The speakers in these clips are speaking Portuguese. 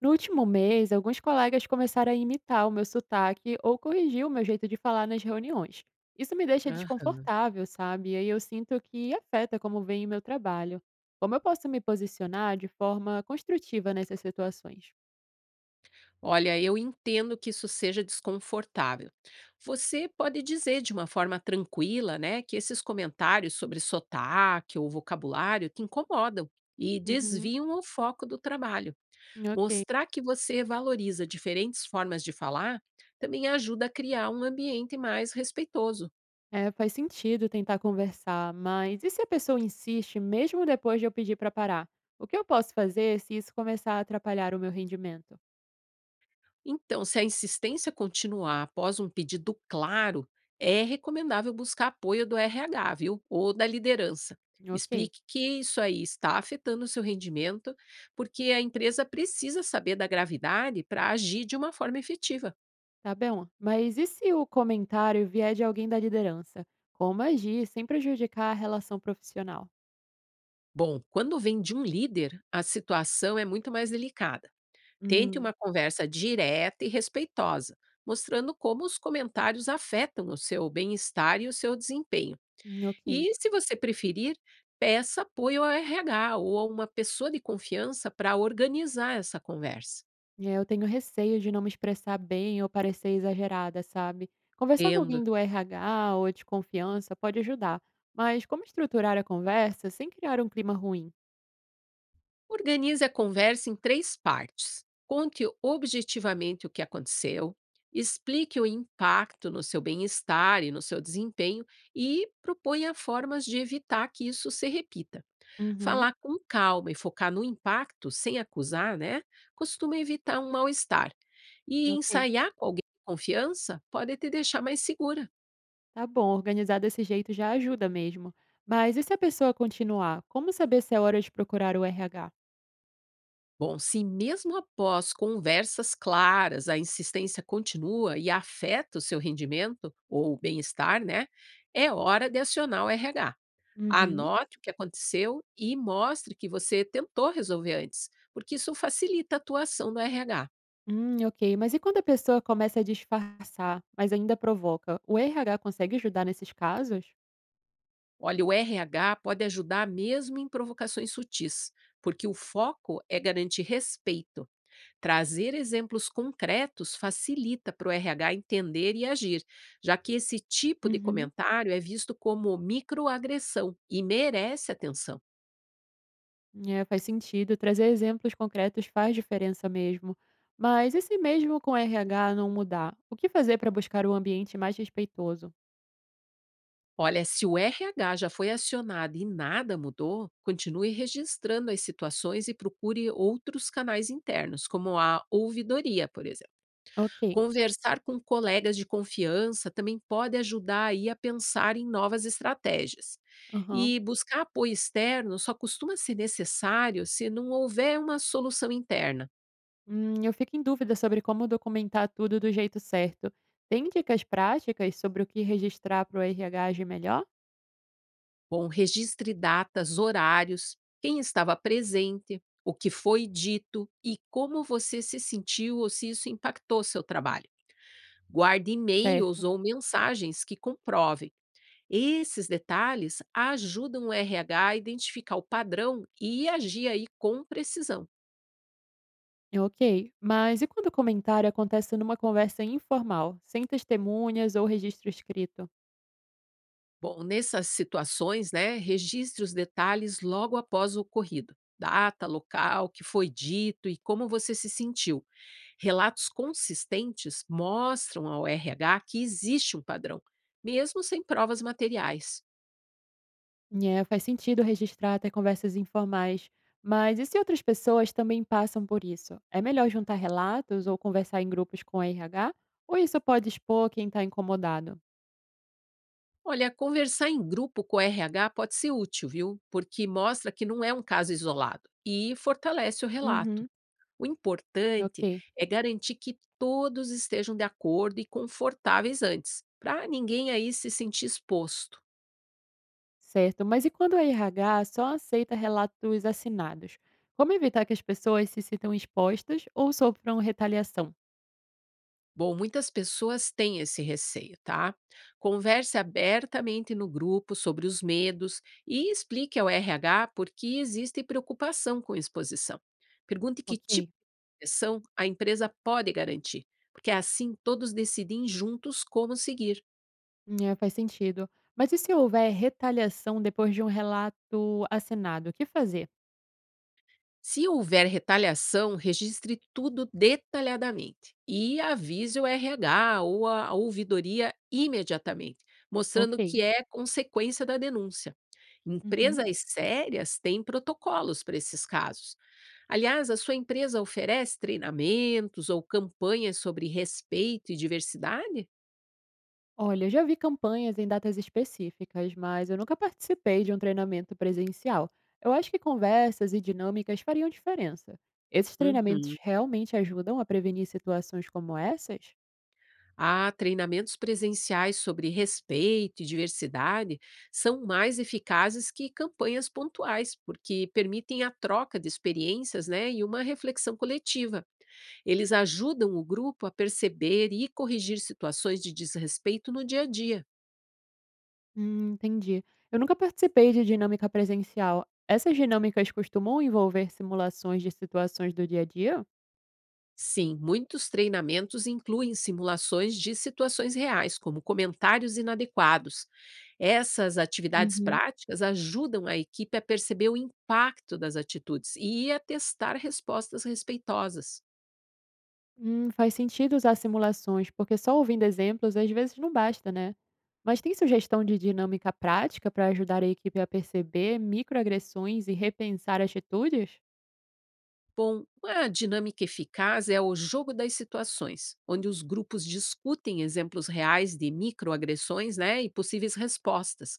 No último mês, alguns colegas começaram a imitar o meu sotaque ou corrigir o meu jeito de falar nas reuniões. Isso me deixa Aham. desconfortável, sabe? E aí eu sinto que afeta como vem o meu trabalho. Como eu posso me posicionar de forma construtiva nessas situações? Olha, eu entendo que isso seja desconfortável. Você pode dizer de uma forma tranquila, né, que esses comentários sobre sotaque ou vocabulário te incomodam e Uhum, desviam o foco do trabalho. ok. Mostrar que você valoriza diferentes formas de falar também ajuda a criar um ambiente mais respeitoso. É, faz sentido tentar conversar, mas e se a pessoa insiste mesmo depois de eu pedir para parar? O que eu posso fazer se isso começar a atrapalhar o meu rendimento? Então, se a insistência continuar após um pedido claro, é recomendável buscar apoio do RH, viu? Ou da liderança. Ok. Explique que isso aí está afetando o seu rendimento, porque a empresa precisa saber da gravidade para agir de uma forma efetiva. Tá bom, mas e se o comentário vier de alguém da liderança? Como agir sem prejudicar a relação profissional? Bom, quando vem de um líder, a situação é muito mais delicada. Tente Hum, uma conversa direta e respeitosa, mostrando como os comentários afetam o seu bem-estar e o seu desempenho. Ok. E se você preferir, peça apoio ao RH ou a uma pessoa de confiança para organizar essa conversa. É, eu tenho receio de não me expressar bem ou parecer exagerada, sabe? Conversar com Entendo. alguém do RH ou de confiança pode ajudar, mas como estruturar a conversa sem criar um clima ruim? Organize a conversa em três partes. Conte objetivamente o que aconteceu, explique o impacto no seu bem-estar e no seu desempenho e proponha formas de evitar que isso se repita. Uhum, Falar com calma e focar no impacto, sem acusar, né, costuma evitar um mal-estar. E ok. ensaiar com alguém de confiança pode te deixar mais segura. Tá bom, organizar desse jeito já ajuda mesmo. Mas e se a pessoa continuar? Como saber se é hora de procurar o RH? Bom, se mesmo após conversas claras a insistência continua e afeta o seu rendimento ou bem-estar, né, é hora de acionar o RH. Uhum. Anote o que aconteceu e mostre que você tentou resolver antes, porque isso facilita a atuação do RH. Ok. Mas e quando a pessoa começa a disfarçar, mas ainda provoca? O RH consegue ajudar nesses casos? Olha, o RH pode ajudar mesmo em provocações sutis, porque o foco é garantir respeito. Trazer exemplos concretos facilita para o RH entender e agir, já que esse tipo de Uhum. comentário é visto como microagressão e merece atenção. É, faz sentido. Trazer exemplos concretos faz diferença mesmo. Mas e se mesmo com o RH não mudar? O que fazer para buscar um ambiente mais respeitoso? Olha, se o RH já foi acionado e nada mudou, continue registrando as situações e procure outros canais internos, como a ouvidoria, por exemplo. Ok. Conversar com colegas de confiança também pode ajudar aí a pensar em novas estratégias. Aham. E buscar apoio externo só costuma ser necessário se não houver uma solução interna. Eu fico em dúvida sobre como documentar tudo do jeito certo. Tem dicas práticas sobre o que registrar para o RH agir melhor? Bom, registre datas, horários, quem estava presente, o que foi dito e como você se sentiu ou se isso impactou seu trabalho. Guarde e-mails Certo. ou mensagens que comprovem. Esses detalhes ajudam o RH a identificar o padrão e agir aí com precisão. Ok, mas e quando o comentário acontece numa conversa informal, sem testemunhas ou registro escrito? Bom, nessas situações, né, registre os detalhes logo após o ocorrido. Data, local, o que foi dito e como você se sentiu. Relatos consistentes mostram ao RH que existe um padrão, mesmo sem provas materiais. É, faz sentido registrar até conversas informais, mas e se outras pessoas também passam por isso? É melhor juntar relatos ou conversar em grupos com RH? Ou isso pode expor quem está incomodado? Olha, conversar em grupo com o RH pode ser útil, viu? Porque mostra que não é um caso isolado e fortalece o relato. Uhum, O importante ok, é garantir que todos estejam de acordo e confortáveis antes, para ninguém aí se sentir exposto. certo. Mas e quando o RH só aceita relatos assinados? Como evitar que as pessoas se sintam expostas ou sofram retaliação? Bom, muitas pessoas têm esse receio, tá? Converse abertamente no grupo sobre os medos e explique ao RH por que existe preocupação com exposição. Pergunte que tipo Ok. de proteção a empresa pode garantir, porque é assim todos decidem juntos como seguir. É, faz sentido. Mas e se houver retaliação depois de um relato assinado, o que fazer? Se houver retaliação, registre tudo detalhadamente e avise o RH ou a ouvidoria imediatamente, mostrando Ok. que é consequência da denúncia. Uhum. Empresas sérias têm protocolos para esses casos. Aliás, a sua empresa oferece treinamentos ou campanhas sobre respeito e diversidade? Olha, eu já vi campanhas em datas específicas, mas eu nunca participei de um treinamento presencial. Eu acho que conversas e dinâmicas fariam diferença. Esses treinamentos Uhum. realmente ajudam a prevenir situações como essas? Ah, treinamentos presenciais sobre respeito e diversidade são mais eficazes que campanhas pontuais, porque permitem a troca de experiências, né, e uma reflexão coletiva. Eles ajudam o grupo a perceber e corrigir situações de desrespeito no dia a dia. Entendi. Eu nunca participei de dinâmica presencial. Essas dinâmicas costumam envolver simulações de situações do dia a dia? Sim, muitos treinamentos incluem simulações de situações reais, como comentários inadequados. Essas atividades Uhum. práticas ajudam a equipe a perceber o impacto das atitudes e a testar respostas respeitosas. Faz sentido usar simulações, porque só ouvindo exemplos às vezes não basta, né? Mas tem sugestão de dinâmica prática para ajudar a equipe a perceber microagressões e repensar atitudes? Bom, uma dinâmica eficaz é o jogo das situações, onde os grupos discutem exemplos reais de microagressões, né, e possíveis respostas.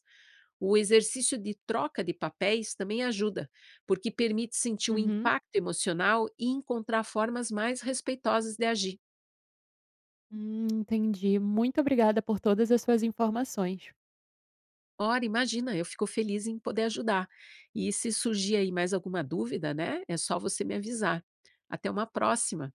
O exercício de troca de papéis também ajuda, porque permite sentir o Uhum. impacto emocional e encontrar formas mais respeitosas de agir. Entendi. Muito obrigada por todas as suas informações. Ora, imagina, eu fico feliz em poder ajudar. E se surgir aí mais alguma dúvida, né? É só você me avisar. Até uma próxima.